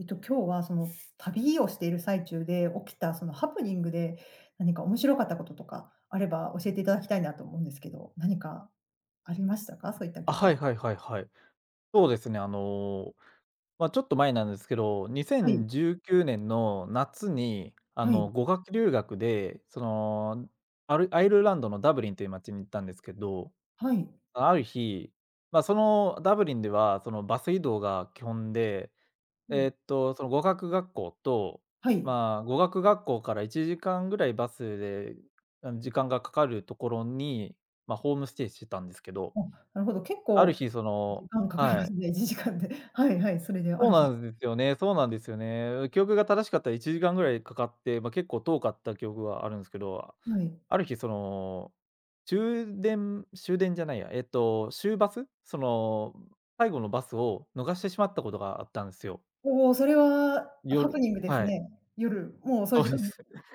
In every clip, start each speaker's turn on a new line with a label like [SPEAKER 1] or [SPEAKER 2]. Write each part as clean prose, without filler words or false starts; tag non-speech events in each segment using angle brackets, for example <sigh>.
[SPEAKER 1] 今日はその旅をしている最中で起きたそのハプニングで、何か面白かったこととかあれば教えていただきたいなと思うんですけど、何かありましたか？そういった
[SPEAKER 2] あ、
[SPEAKER 1] 経
[SPEAKER 2] はい
[SPEAKER 1] 験。
[SPEAKER 2] はいはいはい。そうですね、まあ、ちょっと前なんですけど、にせ
[SPEAKER 1] はい、
[SPEAKER 2] んじゅうきゅうねんの夏に、
[SPEAKER 1] はい、
[SPEAKER 2] 語学留学で、アイルランドのダブリンという街に行ったんですけど、
[SPEAKER 1] はい。
[SPEAKER 2] ある日、まあ、そのダブリンでは、そのバス移動が基本で、
[SPEAKER 1] うん、
[SPEAKER 2] その語学学校と、
[SPEAKER 1] はい。
[SPEAKER 2] まあ、語学学校から1時間ぐらいバスで、時間がかかるところに、まあ、ホームステイしてたんですけど、
[SPEAKER 1] あ、なるほど、結
[SPEAKER 2] ある
[SPEAKER 1] 構
[SPEAKER 2] 日その
[SPEAKER 1] 時間かかり
[SPEAKER 2] は
[SPEAKER 1] ま
[SPEAKER 2] い。
[SPEAKER 1] すね、<laughs> 1時間で。はいはい、それであ
[SPEAKER 2] そう
[SPEAKER 1] る
[SPEAKER 2] な
[SPEAKER 1] 日
[SPEAKER 2] んですよね、そうなんですよね。記憶が正しかったら1時間ぐらいかかって、まあ、結構遠かった記憶があるんですけど、
[SPEAKER 1] はい。
[SPEAKER 2] ある日終電、終電じゃないや、終バス、最後のバスを逃してしまったことがあったんですよ。
[SPEAKER 1] おお、それはハ
[SPEAKER 2] 夜、
[SPEAKER 1] プニングです
[SPEAKER 2] はい、
[SPEAKER 1] ね。夜、もう遅
[SPEAKER 2] そ
[SPEAKER 1] い
[SPEAKER 2] う
[SPEAKER 1] 時
[SPEAKER 2] で
[SPEAKER 1] 間、
[SPEAKER 2] す。<laughs>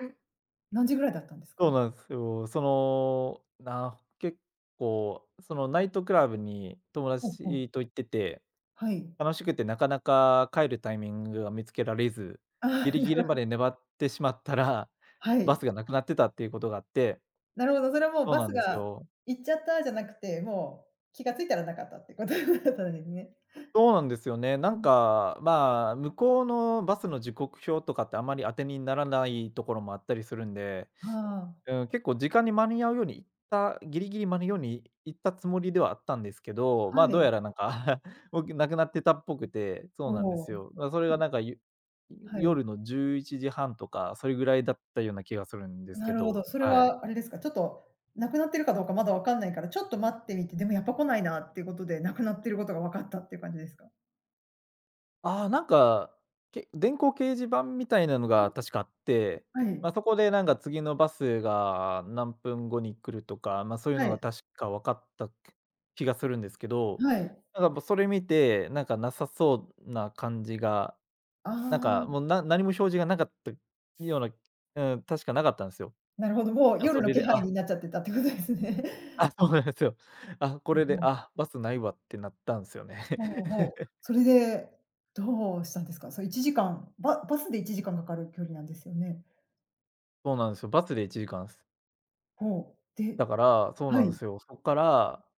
[SPEAKER 1] 何時ぐらいだったんです
[SPEAKER 2] そう
[SPEAKER 1] か？
[SPEAKER 2] なんですよ。結構、そのナイトクラブに友
[SPEAKER 1] おお、
[SPEAKER 2] 達と行ってて、
[SPEAKER 1] はい。
[SPEAKER 2] 楽しくてなかなか帰るタイミングが見つけられず、ギ
[SPEAKER 1] ああ、
[SPEAKER 2] リ
[SPEAKER 1] な
[SPEAKER 2] ギリま
[SPEAKER 1] る
[SPEAKER 2] で粘ってしまったら、<laughs>
[SPEAKER 1] は
[SPEAKER 2] バス
[SPEAKER 1] い。
[SPEAKER 2] がなくなってたっていうことがあって、
[SPEAKER 1] なるほど、それはもう
[SPEAKER 2] そう
[SPEAKER 1] バ
[SPEAKER 2] なん
[SPEAKER 1] ス
[SPEAKER 2] です
[SPEAKER 1] が
[SPEAKER 2] よ。
[SPEAKER 1] 行っちゃったじゃなくて、もう気が付いたらなかったってこと <laughs> だったんですね。
[SPEAKER 2] そうなんですよね。な
[SPEAKER 1] う
[SPEAKER 2] ん
[SPEAKER 1] ん。
[SPEAKER 2] か、まあ、向こうのバスの時刻表とかってあまり当てにならないところもあったりするんで、
[SPEAKER 1] ああ、
[SPEAKER 2] うん、結構時間に間に合うように行った、ギリギリ間に合うように行ったつもりではあったんですけど、ま
[SPEAKER 1] は
[SPEAKER 2] あ、どう
[SPEAKER 1] い。
[SPEAKER 2] やらなんか <laughs>、もうなくなってたっぽくて、そう
[SPEAKER 1] お
[SPEAKER 2] なんです
[SPEAKER 1] お。
[SPEAKER 2] よ。ま、それがなんか、
[SPEAKER 1] はい。
[SPEAKER 2] 夜の11時半とか、それぐらいだったような気がするんです
[SPEAKER 1] な
[SPEAKER 2] け
[SPEAKER 1] るほど、
[SPEAKER 2] ど、
[SPEAKER 1] それ
[SPEAKER 2] はい。
[SPEAKER 1] はあれですか、ちょっとなくなってるかどうかまだわかんないから、ちょっと待ってみて、でもやっぱ来ないなっていうことで、なくなってることが分かったっていう感じですか？
[SPEAKER 2] ああ、なんか、電光掲示板みたいなのが確かあって、
[SPEAKER 1] は
[SPEAKER 2] ま
[SPEAKER 1] い。
[SPEAKER 2] あ、そこでなんか次のバスが何分後に来るとか、まあ、そういう
[SPEAKER 1] は
[SPEAKER 2] のが
[SPEAKER 1] い。
[SPEAKER 2] 確か分かった気がするんですけど、
[SPEAKER 1] はい。
[SPEAKER 2] なんかもうそれ見て、なんかなさそうな感じが、
[SPEAKER 1] あ
[SPEAKER 2] なんかも
[SPEAKER 1] あ、
[SPEAKER 2] う何も表示がなかったような、うん、確かなかったんですよ。
[SPEAKER 1] なるほど、もう
[SPEAKER 2] あ、そ
[SPEAKER 1] 夜の
[SPEAKER 2] れ
[SPEAKER 1] 気
[SPEAKER 2] で、
[SPEAKER 1] 配
[SPEAKER 2] あ、
[SPEAKER 1] になっちゃってたってことですね。
[SPEAKER 2] <laughs> あ、そうなんですよ。あ、こ
[SPEAKER 1] うん
[SPEAKER 2] れで、
[SPEAKER 1] うん。
[SPEAKER 2] あ、バスないわってなったんですよね。
[SPEAKER 1] ほうほう。
[SPEAKER 2] <laughs>
[SPEAKER 1] それで、どうしたんですか？それ1時間、ババスで1時間かんかかる距離なんですよね。
[SPEAKER 2] そうなんですよ。バスで1時間です。
[SPEAKER 1] ほう。で
[SPEAKER 2] だから、そうな
[SPEAKER 1] は
[SPEAKER 2] んで
[SPEAKER 1] い。
[SPEAKER 2] すよ。そこから、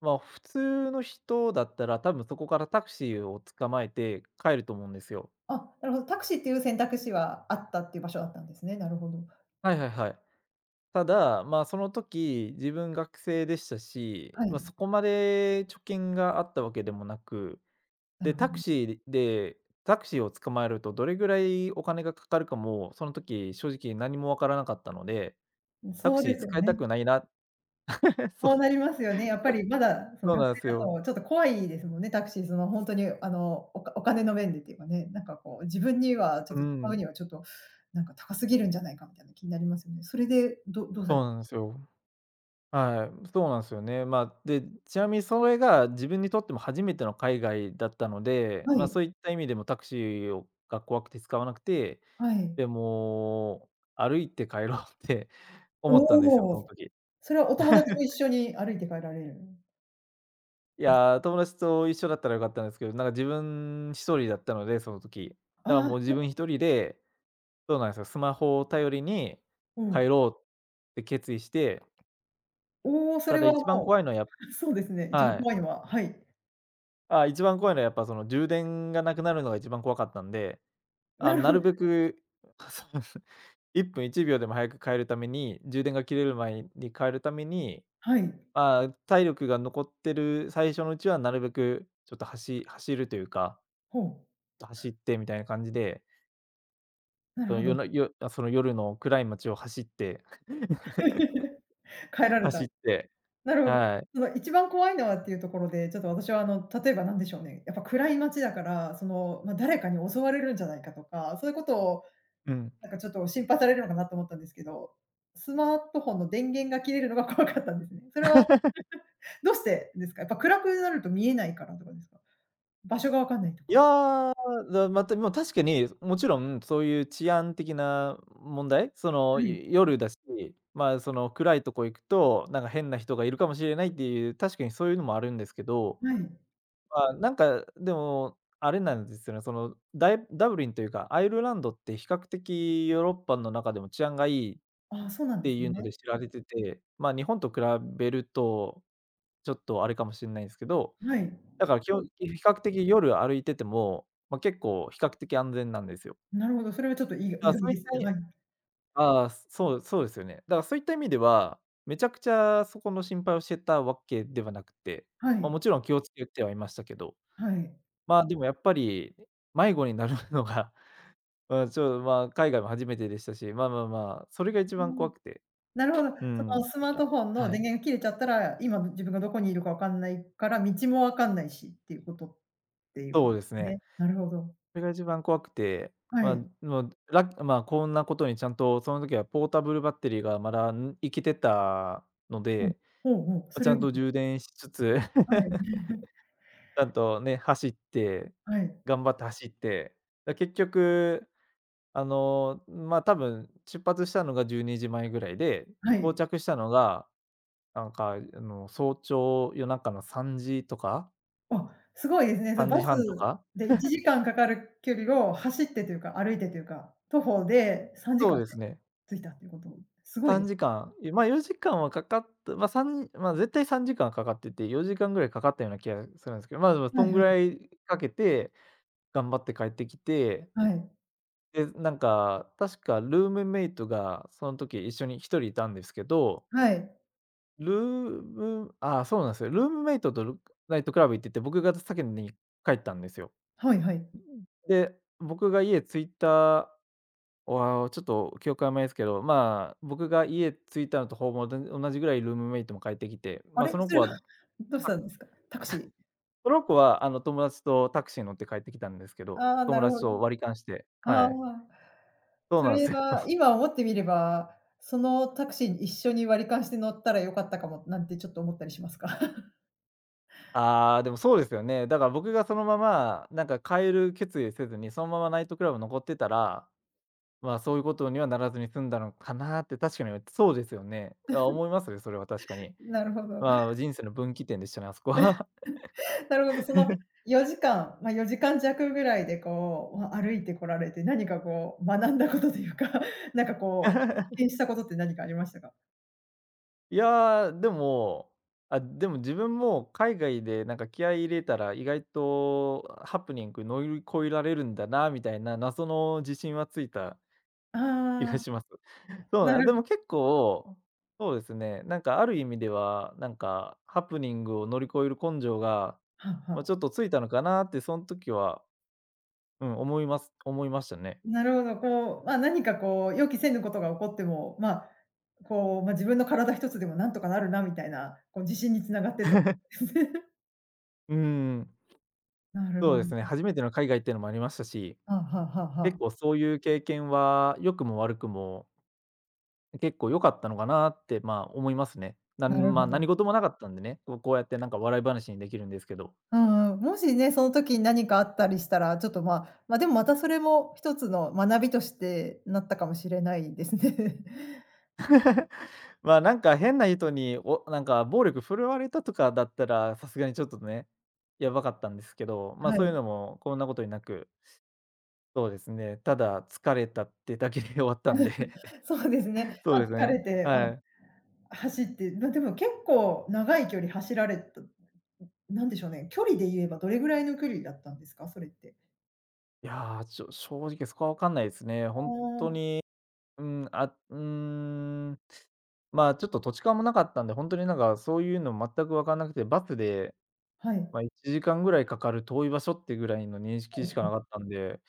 [SPEAKER 2] まあ、普通の人だったら、多分そこからタクシーを捕まえて帰ると思うんですよ。
[SPEAKER 1] あ、なるほど、タクシーっていう選択肢はあったっていう場所だったんですね。なるほど。
[SPEAKER 2] はいはいはい。ただ、まあ、その時、自分学生でしたし、
[SPEAKER 1] は
[SPEAKER 2] まあ、
[SPEAKER 1] い、
[SPEAKER 2] そこまで貯金があったわけでもなく、
[SPEAKER 1] な
[SPEAKER 2] で、
[SPEAKER 1] るほど。
[SPEAKER 2] タクシーを捕まえるとどれぐらいお金がかかるかも、その時正直何もわからなかったので、タク
[SPEAKER 1] そう
[SPEAKER 2] シ
[SPEAKER 1] で
[SPEAKER 2] ー
[SPEAKER 1] すよ
[SPEAKER 2] 使いた
[SPEAKER 1] ね。
[SPEAKER 2] くないな、 <laughs> そう、
[SPEAKER 1] そうなりますよね。やっぱ
[SPEAKER 2] <laughs>
[SPEAKER 1] りまだその
[SPEAKER 2] そう
[SPEAKER 1] 学
[SPEAKER 2] なんで
[SPEAKER 1] 生
[SPEAKER 2] す
[SPEAKER 1] だ
[SPEAKER 2] よ。
[SPEAKER 1] とちょっと怖いですもんね、タクシー、そのほんとにおかお金の面でっていうかね、なんかこう自分にはちょ
[SPEAKER 2] う
[SPEAKER 1] っと使う
[SPEAKER 2] ん、
[SPEAKER 1] にはちょっとなんか高すぎるんじゃないかみたいな気になりますよね。それで、どどうさ
[SPEAKER 2] そ
[SPEAKER 1] れ
[SPEAKER 2] うなんですよ。はい、そうなんですよね。まあ、で、ちなみにそれが自分にとっても初めての海外だったので、
[SPEAKER 1] は
[SPEAKER 2] まあ、
[SPEAKER 1] い、
[SPEAKER 2] そういった意味でもタクシーが怖くて使わなくて、
[SPEAKER 1] はい。
[SPEAKER 2] で、もう歩いて帰ろうって <laughs> 思ったんですよ、
[SPEAKER 1] お
[SPEAKER 2] その
[SPEAKER 1] お。
[SPEAKER 2] 時。
[SPEAKER 1] それはお友達も一緒に歩いて帰られるんです？
[SPEAKER 2] いやー、友達と一緒だったら良かったんですけど、なんか自分一人だったので、その時。だから
[SPEAKER 1] ああ、
[SPEAKER 2] もう自分一人で、そうなんですよ、スマホを頼りに
[SPEAKER 1] う
[SPEAKER 2] 帰
[SPEAKER 1] ん。
[SPEAKER 2] ろうって決意して、
[SPEAKER 1] おお、そ
[SPEAKER 2] た
[SPEAKER 1] れ
[SPEAKER 2] だ
[SPEAKER 1] は
[SPEAKER 2] 一番
[SPEAKER 1] も
[SPEAKER 2] 怖いのはやっ
[SPEAKER 1] う、<laughs> そうですね、一番
[SPEAKER 2] はい。
[SPEAKER 1] 怖いのははい。
[SPEAKER 2] あ、一番怖いのはやっぱその充電がなくなるのが一番怖かったんで、あ、
[SPEAKER 1] なる
[SPEAKER 2] な
[SPEAKER 1] ほ
[SPEAKER 2] る
[SPEAKER 1] ど、
[SPEAKER 2] べく、あ、そうですね、1分1 <laughs> 秒でも早く帰るために、充電が切れる前に帰るために、
[SPEAKER 1] はい。
[SPEAKER 2] まあ、体力が残ってる最初のうちはなるべくちょっと走るというか、
[SPEAKER 1] ほ
[SPEAKER 2] 走ってみたいな感じで、
[SPEAKER 1] う、なる
[SPEAKER 2] その
[SPEAKER 1] ほ
[SPEAKER 2] 夜
[SPEAKER 1] ど。
[SPEAKER 2] のよあ、その夜の暗い街を走って、 <laughs>
[SPEAKER 1] <laughs> 帰られた。
[SPEAKER 2] 走って、
[SPEAKER 1] なるほど。
[SPEAKER 2] はい。
[SPEAKER 1] その一番怖いのはっていうところで、ちょっと私は例えばなんでしょうね、やっぱ暗い街だから、その、ま、誰かに襲われるんじゃないかとか、そういうことを
[SPEAKER 2] うん。
[SPEAKER 1] なんかちょっと心配されるのかなと思ったんですけど、スマートフォンの電源が切れるのが怖かったんですね。それはどうしてですか？やっぱ暗くなると見えないからとかですか？場所が分かんないと
[SPEAKER 2] い
[SPEAKER 1] か。
[SPEAKER 2] やー、また、もう確かに、もちろんそういう治安的な問題、
[SPEAKER 1] はい、
[SPEAKER 2] 夜だし、まあ、暗いとこ行くと、なんか変な人がいるかもしれないっていう、確かにそういうのもあるんですけど、
[SPEAKER 1] はい。
[SPEAKER 2] まあ、なんか、でも、あれなんですよね、ダブリンというか、アイルランドって比較的ヨーロッパの中でも治安がいいっ
[SPEAKER 1] ああ、そうなんで
[SPEAKER 2] て
[SPEAKER 1] す
[SPEAKER 2] いうの
[SPEAKER 1] ね。
[SPEAKER 2] で知られてて、まあ、日本と比べると、ちょっとあれかもしれないんですけど、
[SPEAKER 1] はい。
[SPEAKER 2] だから基本的比較的夜歩いてても、ま、結構比較的安全なんですよ。
[SPEAKER 1] なるほど、それはちょっといが
[SPEAKER 2] だか
[SPEAKER 1] 意
[SPEAKER 2] らそ
[SPEAKER 1] 外
[SPEAKER 2] ういっ
[SPEAKER 1] です
[SPEAKER 2] た
[SPEAKER 1] ね。
[SPEAKER 2] い
[SPEAKER 1] はい。
[SPEAKER 2] ああ、そうそうですよね。だからそういった意味では、めちゃくちゃそこの心配をしてたわけではなくて、
[SPEAKER 1] は
[SPEAKER 2] ま、も
[SPEAKER 1] い。
[SPEAKER 2] ちろん気をつけてはいましたけど、
[SPEAKER 1] はい。
[SPEAKER 2] まあ、でもやっぱり迷子になるのが、<laughs> うん、まあ、海外も初めてでしたし、まあまあまあ、それが一
[SPEAKER 1] う
[SPEAKER 2] 番怖
[SPEAKER 1] ん、
[SPEAKER 2] くて。
[SPEAKER 1] なるほど。
[SPEAKER 2] う
[SPEAKER 1] そ
[SPEAKER 2] ん。
[SPEAKER 1] のスマー
[SPEAKER 2] だか
[SPEAKER 1] トフォン
[SPEAKER 2] ら
[SPEAKER 1] の
[SPEAKER 2] は
[SPEAKER 1] 電
[SPEAKER 2] い。
[SPEAKER 1] 源が切れちゃったら、今自分がどこにいるか分かんないから、道も分かんないしっていうことっていうこ
[SPEAKER 2] そう
[SPEAKER 1] とで
[SPEAKER 2] です
[SPEAKER 1] す
[SPEAKER 2] ね。
[SPEAKER 1] ね。なるほど。
[SPEAKER 2] それが一番怖くて、
[SPEAKER 1] は
[SPEAKER 2] まあ、
[SPEAKER 1] い。
[SPEAKER 2] もう、まあ、こんなことにちゃんとその時はポータブルバッテリーがまだ、生きてたの
[SPEAKER 1] うん。
[SPEAKER 2] で、
[SPEAKER 1] ほうほう、
[SPEAKER 2] ま、
[SPEAKER 1] そ
[SPEAKER 2] ち
[SPEAKER 1] れ
[SPEAKER 2] ゃ
[SPEAKER 1] は
[SPEAKER 2] ん
[SPEAKER 1] 良かっ
[SPEAKER 2] と
[SPEAKER 1] たです
[SPEAKER 2] 充電しつつ、<laughs>
[SPEAKER 1] はい。<laughs>
[SPEAKER 2] ちゃんとね、走って、
[SPEAKER 1] はい。
[SPEAKER 2] 頑張って走って、結局、まあ、多分出発したのが12時前ぐらいで、
[SPEAKER 1] は
[SPEAKER 2] 到
[SPEAKER 1] い。
[SPEAKER 2] 着したのが、なんか、早朝、夜中の3時とか、
[SPEAKER 1] あ、すごいですね。その
[SPEAKER 2] 3
[SPEAKER 1] バ
[SPEAKER 2] 時半と
[SPEAKER 1] ス
[SPEAKER 2] か。
[SPEAKER 1] で1時間かんかかる距離を走ってというか、歩いてというか、徒歩で3
[SPEAKER 2] そ
[SPEAKER 1] 時
[SPEAKER 2] う
[SPEAKER 1] 間で
[SPEAKER 2] ですね。
[SPEAKER 1] ついたっていうこと、すごいで
[SPEAKER 2] 3
[SPEAKER 1] す。
[SPEAKER 2] 時間、いま、4時間はかかった、ま、ま、絶対3時間はかかってて、4時間ぐらいかかったような気がするんですけど、ま、でもそ
[SPEAKER 1] は
[SPEAKER 2] ん
[SPEAKER 1] い
[SPEAKER 2] ぐ
[SPEAKER 1] は
[SPEAKER 2] ら
[SPEAKER 1] い。
[SPEAKER 2] いかけて頑張って帰ってきて、
[SPEAKER 1] はい。
[SPEAKER 2] で、なんか、確かルームメイトがその時一緒に一人いたんですけど、
[SPEAKER 1] はい。
[SPEAKER 2] ルームあそうなんですよ。ルームメイトとナイトクラブ行ってて、僕が先に帰ったんですよ。
[SPEAKER 1] はいはい。
[SPEAKER 2] で、僕が家着いたわあ、ちょっと記憶曖昧ですけど、まあ、僕が家着いたのとほぼ同じぐらいルームメイトも帰ってきて、
[SPEAKER 1] あ
[SPEAKER 2] まあ、
[SPEAKER 1] れ、それはどうした
[SPEAKER 2] あ、
[SPEAKER 1] んですか？タクシー。
[SPEAKER 2] その子はあの友達とタクシーに乗って帰ってきたんですけど、
[SPEAKER 1] ああ、な
[SPEAKER 2] 友
[SPEAKER 1] るほ
[SPEAKER 2] 達と
[SPEAKER 1] ど。
[SPEAKER 2] 割り勘して、は
[SPEAKER 1] あ
[SPEAKER 2] い。
[SPEAKER 1] あ、
[SPEAKER 2] そう
[SPEAKER 1] そ
[SPEAKER 2] なんで
[SPEAKER 1] れ
[SPEAKER 2] すよ。
[SPEAKER 1] は
[SPEAKER 2] <laughs>
[SPEAKER 1] 今思ってみれば、そのタクシーに一緒に割り勘して乗ったら良かったかもなんてちょっと思ったりしますか？
[SPEAKER 2] ああ、でもそうですよね。だから僕がそのまま、なんか変える決意せずに、そのままナイトクラブ残ってたら、まあ、そういうことにはならずに済んだのかなって確かにそうですよね。あ、思いますね、それは確か
[SPEAKER 1] <laughs>
[SPEAKER 2] に。
[SPEAKER 1] なるほど。
[SPEAKER 2] まあ、人生の分岐点でしたね、あそこは。
[SPEAKER 1] なるほど、その
[SPEAKER 2] <laughs>
[SPEAKER 1] 4時間、ま、4時間弱ぐらいでこう、ま、歩いてこられて、何かこう学んだことというか、<laughs> なんかこう、発見したことって何かありましたか？
[SPEAKER 2] いやー、でも、あ、でも自分も海外でなんか気合い入れたら、意外とハプニング乗り越えられるんだなみたいな謎の自信はついた気が
[SPEAKER 1] ああ、
[SPEAKER 2] します。<laughs> そう
[SPEAKER 1] な
[SPEAKER 2] なで
[SPEAKER 1] る
[SPEAKER 2] も結構、そうですね、なんかある意味では、なんかハプニングを乗り越える根性が、
[SPEAKER 1] はあ
[SPEAKER 2] まあ、ち
[SPEAKER 1] は
[SPEAKER 2] ょっとついたのかなって、その時は、うん、思います、思いましたね。
[SPEAKER 1] なるほど、こう、まあ、何かこう、予期せぬことが起こっても、まあ、こう、まあ、自分の体一つでもなんとかなるなみたいな、こう自信に繋がってたんですね。
[SPEAKER 2] うん、
[SPEAKER 1] <laughs> なる
[SPEAKER 2] そう
[SPEAKER 1] ほ
[SPEAKER 2] ですね、
[SPEAKER 1] ど。
[SPEAKER 2] 初めての海外っていうのもありましたし、
[SPEAKER 1] はあはあはあは
[SPEAKER 2] 結
[SPEAKER 1] あ。
[SPEAKER 2] 構そういう経験は良くも悪くも結構良かったのかなって、まあ、思いますね。
[SPEAKER 1] なる
[SPEAKER 2] ま、
[SPEAKER 1] ほど。
[SPEAKER 2] 何事もなかったんでね、こうやってなんか笑い話にできるんですけど。
[SPEAKER 1] うんうん。もしね、その時に何かあったりしたら、ちょっと、まあま、でもまたそれも一つの学びとしてなったかもしれないですね。<laughs>
[SPEAKER 2] まあ、なんか変な人に、なんか暴力振るわれたとかだったら、さすがにちょっとね、やばかったんですけど、まあ、
[SPEAKER 1] は
[SPEAKER 2] そういう
[SPEAKER 1] い。
[SPEAKER 2] のもこんなことになく、そうですね、ただ疲れたってだけで <laughs> 終わったんで、
[SPEAKER 1] <laughs> そうですね。
[SPEAKER 2] <laughs> そ
[SPEAKER 1] ま
[SPEAKER 2] う
[SPEAKER 1] あ、
[SPEAKER 2] です
[SPEAKER 1] 疲
[SPEAKER 2] ね、
[SPEAKER 1] れて、ま
[SPEAKER 2] はい。
[SPEAKER 1] あ、走って、まあ、でも結構長い距離走られたなんでしょうね、距離で言えばどれぐらいの距離だったんですか？それって。
[SPEAKER 2] いやー、正直そこはわかんないですね。
[SPEAKER 1] あ
[SPEAKER 2] ほん
[SPEAKER 1] あ、
[SPEAKER 2] うーん、あ、うーん。まあ、ちょっと土地勘もなかったんで、ほんとになんかそういうの全く分かんなくて、バスで、
[SPEAKER 1] はい。
[SPEAKER 2] ま、1時間ぐらいかかる遠い場所ってぐらいの認識
[SPEAKER 1] ほう
[SPEAKER 2] しか
[SPEAKER 1] ほ
[SPEAKER 2] な
[SPEAKER 1] う。
[SPEAKER 2] かったんで、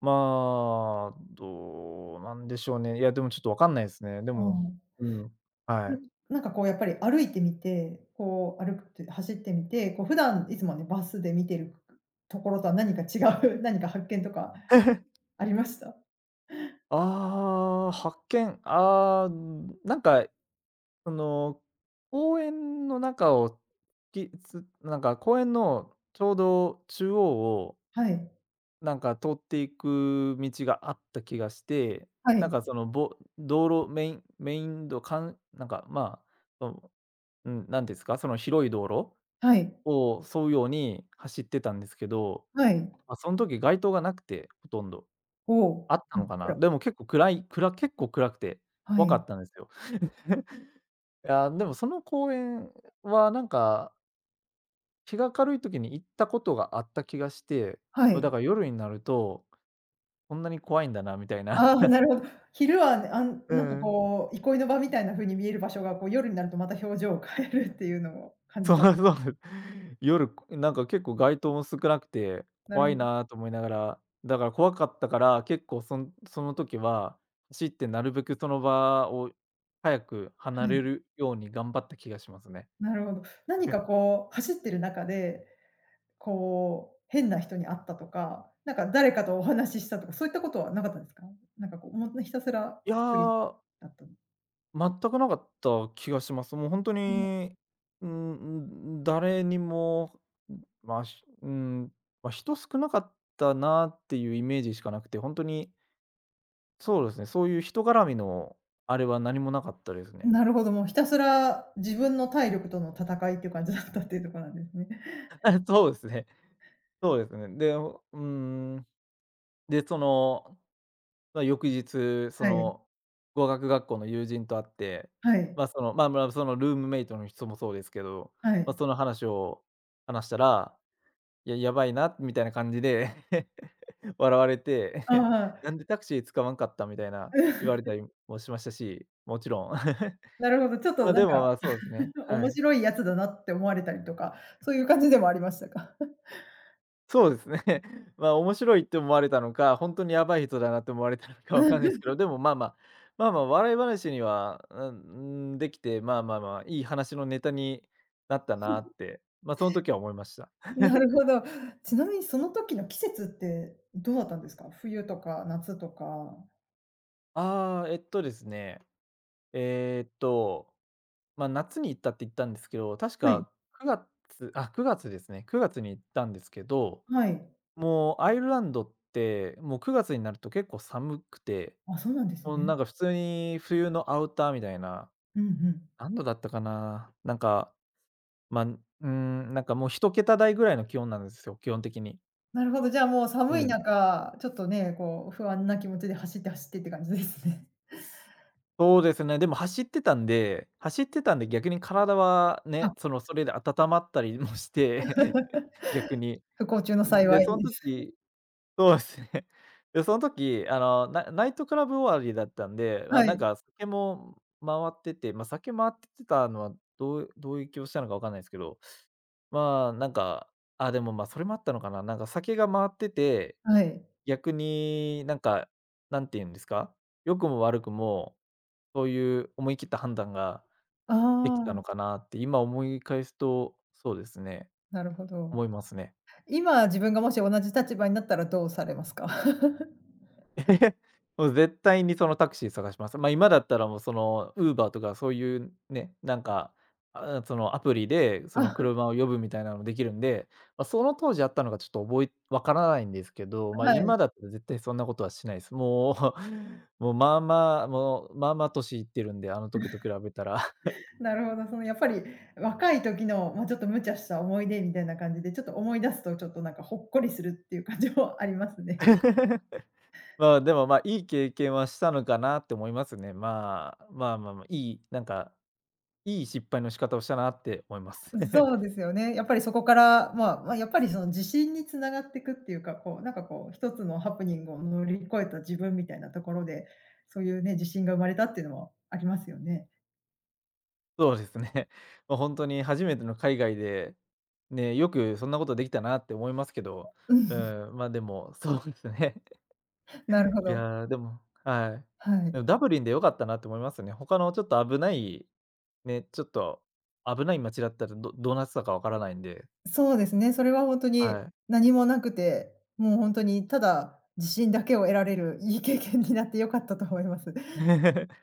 [SPEAKER 2] まあ、どうなんでしょうね。いや、でもちょっと分かんないですね。で
[SPEAKER 1] あ
[SPEAKER 2] も、
[SPEAKER 1] あ。
[SPEAKER 2] うん、は
[SPEAKER 1] なん
[SPEAKER 2] い。
[SPEAKER 1] なんかこうやっぱり歩いてみて、こう歩くって走ってみて、こう普段いつもね、バスで見てるところとは何か違う、<laughs> 何か発見とか
[SPEAKER 2] <laughs>
[SPEAKER 1] ありました？
[SPEAKER 2] ああ、発見、ああ、なんか、その、公園の中を、なんか公園のちょうど中央を
[SPEAKER 1] はい。
[SPEAKER 2] なんか通っていく道があった気がして、
[SPEAKER 1] は
[SPEAKER 2] なん
[SPEAKER 1] い。
[SPEAKER 2] かその、道路メイン道かんなんか、まあ、その、うん、なんですか、その広い道路
[SPEAKER 1] はい。
[SPEAKER 2] を沿うように走ってたんですけど、
[SPEAKER 1] はい。
[SPEAKER 2] ま、その時街灯がなくて、ほとんど。
[SPEAKER 1] お
[SPEAKER 2] あ
[SPEAKER 1] お、
[SPEAKER 2] った
[SPEAKER 1] うん。
[SPEAKER 2] の
[SPEAKER 1] っ
[SPEAKER 2] かな。
[SPEAKER 1] ら
[SPEAKER 2] でも結構暗くて
[SPEAKER 1] は
[SPEAKER 2] 怖か
[SPEAKER 1] い。
[SPEAKER 2] ったんですよ。いやー、でもその公園はなんか、日が明るい時に行ったことがあった気がして、
[SPEAKER 1] は
[SPEAKER 2] ま、だ
[SPEAKER 1] い。
[SPEAKER 2] から夜になると、こんなに怖いんだなみたいな。
[SPEAKER 1] ああ、なるほ
[SPEAKER 2] <laughs>
[SPEAKER 1] ど。昼はね、あん
[SPEAKER 2] う
[SPEAKER 1] なんか
[SPEAKER 2] ん。
[SPEAKER 1] こう、憩いの場みたいな風に見える場所が、こう夜になるとまた表情を変えるっていうのを感
[SPEAKER 2] そ
[SPEAKER 1] じ
[SPEAKER 2] う
[SPEAKER 1] た。
[SPEAKER 2] そうです。夜、なんか結構街灯も少なくて、
[SPEAKER 1] なる
[SPEAKER 2] 怖
[SPEAKER 1] ほ
[SPEAKER 2] い
[SPEAKER 1] ど。
[SPEAKER 2] なと思いながら、だから怖かったから、結構その時は、走ってなるべくその場を早く離
[SPEAKER 1] は
[SPEAKER 2] れ
[SPEAKER 1] い。
[SPEAKER 2] るように頑張った気がしますね。
[SPEAKER 1] なるほど。何
[SPEAKER 2] <laughs>
[SPEAKER 1] かこう、走ってる中で、こう、変な人に会ったとか、なんか誰かとお話ししたとか、そういったことはなかったんですか？なんかこう、もうひたすら
[SPEAKER 2] い
[SPEAKER 1] 一人
[SPEAKER 2] や、
[SPEAKER 1] だったの。
[SPEAKER 2] 全くなかった気がします。もうほんと
[SPEAKER 1] う
[SPEAKER 2] に、うーん、誰にも、ま、しうん、ま、人少なかったなっていうイメージしかなくて、ほんとにそうですね、そういう人絡みのあれは何もなかったです
[SPEAKER 1] ん、
[SPEAKER 2] ね。
[SPEAKER 1] なるほど、もうひたすら自分の体力との戦いっていう感じだったっていうとこなんですね。
[SPEAKER 2] <laughs> そうですね。そうですね。で、うーん、で、その、まあ、翌日、そ
[SPEAKER 1] はい、
[SPEAKER 2] の、語学学校の友人と会って、
[SPEAKER 1] は
[SPEAKER 2] ま
[SPEAKER 1] い、
[SPEAKER 2] あ、その、そのルームメイトの人もそうですけど、
[SPEAKER 1] は
[SPEAKER 2] まあ、
[SPEAKER 1] い。
[SPEAKER 2] その話を話したら、いや、やばいなみたいな感じで <laughs> 笑われ
[SPEAKER 1] あ
[SPEAKER 2] て、<laughs> なん
[SPEAKER 1] あ。
[SPEAKER 2] でタクシー使わんかったみたいな言われ
[SPEAKER 1] <laughs>
[SPEAKER 2] たりもしましたし、もちろん。
[SPEAKER 1] なるほど、ちょっ
[SPEAKER 2] <laughs> ま
[SPEAKER 1] と
[SPEAKER 2] あ、
[SPEAKER 1] な
[SPEAKER 2] で
[SPEAKER 1] ん
[SPEAKER 2] も、
[SPEAKER 1] か、
[SPEAKER 2] ま、そうですね、は
[SPEAKER 1] 面
[SPEAKER 2] い。
[SPEAKER 1] 白いやつだなって思われたりとか、そういう感じでもありましたか？
[SPEAKER 2] そうですね。<laughs> まあ、面白いって思われたのか、本当にやばい人だなって思われたのかわかんないですけど、でも、笑い話には、うん、うーん、できて、笑い話にはできていい話のネタになったなって、まあ、その時は思いました。
[SPEAKER 1] <laughs> なるほど。ちなみにその時の季節ってどうだったんですか？冬とか夏とか。
[SPEAKER 2] ああ、えっとですね、えーっと、まあ、夏に行ったって言ったんですけど、確
[SPEAKER 1] はい、
[SPEAKER 2] か9月ですね。9月に行ったんですけど、
[SPEAKER 1] はい。
[SPEAKER 2] もうアイルランドって、もう9月になると結構寒くて、
[SPEAKER 1] あ、そうなんです
[SPEAKER 2] もう
[SPEAKER 1] ね。
[SPEAKER 2] なんか普通に冬のアウターみたいな
[SPEAKER 1] うんうん。
[SPEAKER 2] 何度だったかな。なんか、まあ、うーん、なんかもう一桁台ぐらいの気温なんですよ、基本的に。
[SPEAKER 1] なるほど、じゃあもう
[SPEAKER 2] う
[SPEAKER 1] 寒い
[SPEAKER 2] ん。
[SPEAKER 1] 中、ちょっとね、こう不安な気持ちで走って走ってって感じですね。
[SPEAKER 2] そうですね、でも走ってたんで、逆に体はね、
[SPEAKER 1] あ、
[SPEAKER 2] その、それで温まったりもして、<laughs>
[SPEAKER 1] <laughs>
[SPEAKER 2] 逆に。
[SPEAKER 1] 不幸中の
[SPEAKER 2] で、
[SPEAKER 1] 幸い
[SPEAKER 2] そん
[SPEAKER 1] です。
[SPEAKER 2] 時そうですね。<laughs> で、その時、あの、ナイトクラブ終わりだったんで、ま、
[SPEAKER 1] は
[SPEAKER 2] なん
[SPEAKER 1] い、
[SPEAKER 2] か酒も回ってて、ま、酒回ってたのはどういう気をしたのかわかんないですけど、まあ、なんか、あ、でも、ま、それもあったのかな。なんか酒が回ってて、
[SPEAKER 1] はい。
[SPEAKER 2] 逆になんか、何て言うんですか、良くも悪くも、そういう思い切った判断が
[SPEAKER 1] あ
[SPEAKER 2] できたの
[SPEAKER 1] あ、
[SPEAKER 2] かなって、今思い返すと、そうですね、
[SPEAKER 1] なるほど。
[SPEAKER 2] 思いますね。
[SPEAKER 1] 今自分がもし同じ立場になったらどうされますか？<laughs>
[SPEAKER 2] <laughs> えもう絶対にそのタクシー探します。まあ、今だったらもうその Uber とかそういうね、なんか、あ、そのアプリでその
[SPEAKER 1] あ、
[SPEAKER 2] 車を呼ぶみたいなのもできるんで、まあ、その当時あったのかちょっとわからないんですけど、まあ、
[SPEAKER 1] はい。
[SPEAKER 2] 今だったら絶対そんなことはしないです。もう、<laughs> もうまあまあ年いってるんで、あの時と比べたら。
[SPEAKER 1] なるほど、そのやっぱり若い時の、まあ、ちょっと無茶した思い出みたいな感じで、ちょっと思い出すとちょっとなんかほっこりするっていう感じも <laughs> ありますね。
[SPEAKER 2] <laughs> まあ、でも、いい経験はしたのかなって思いますね。まあ、いい、なんか、いい失敗の仕方をしたなって思います。
[SPEAKER 1] <laughs>
[SPEAKER 2] <laughs>
[SPEAKER 1] そうですよね。やっぱりそこから、まあ、まあ、やっぱりその自信に繋がっていくっていうか、こうなんかこう一つのハプニングを乗り越えた自分みたいなところで、そういうね、自信が生まれたっていうのもありますよね。
[SPEAKER 2] そうですね。<laughs> もう本当に初めての海外で、ね、よくそんなことできたなって思いますけど、
[SPEAKER 1] う
[SPEAKER 2] う
[SPEAKER 1] ん、
[SPEAKER 2] ん、ま、でも、そう <laughs> ですね。
[SPEAKER 1] なるほ
[SPEAKER 2] <laughs> い
[SPEAKER 1] ど。
[SPEAKER 2] やー、でもはい。
[SPEAKER 1] は
[SPEAKER 2] で
[SPEAKER 1] い。
[SPEAKER 2] もダブリンでよかったなって思いますね。他のちょっと危ない街だったら、どうなってたかわからないんで、
[SPEAKER 1] そうですね、それは本当
[SPEAKER 2] は
[SPEAKER 1] に
[SPEAKER 2] い。
[SPEAKER 1] 何もなくて、もう本当にただ自信だけを得られるいい経験になって良かったと思います。
[SPEAKER 2] <laughs>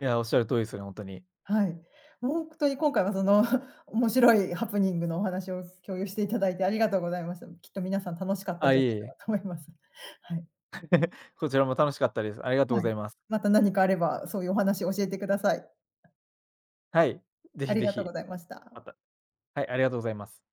[SPEAKER 2] いや、おっしゃる通りですね、本当に。
[SPEAKER 1] はい。本当に今回はその <laughs> 面白いハプニングのお話を共有していただいてありがとうございました。きっと皆さん楽しかった
[SPEAKER 2] あ、
[SPEAKER 1] んじゃ
[SPEAKER 2] いえ
[SPEAKER 1] な
[SPEAKER 2] い
[SPEAKER 1] いか
[SPEAKER 2] え、
[SPEAKER 1] なと思います。はい。
[SPEAKER 2] こちらも楽しかったです。ありがとうご
[SPEAKER 1] は
[SPEAKER 2] ざ
[SPEAKER 1] い。
[SPEAKER 2] います。
[SPEAKER 1] また何かあれば、そういうお話を教えてください。
[SPEAKER 2] はい、ぜ
[SPEAKER 1] あ
[SPEAKER 2] ひ
[SPEAKER 1] り
[SPEAKER 2] ぜ
[SPEAKER 1] がとう
[SPEAKER 2] ひ、
[SPEAKER 1] ございまし
[SPEAKER 2] ま
[SPEAKER 1] た。
[SPEAKER 2] たはい、ありがとうございます。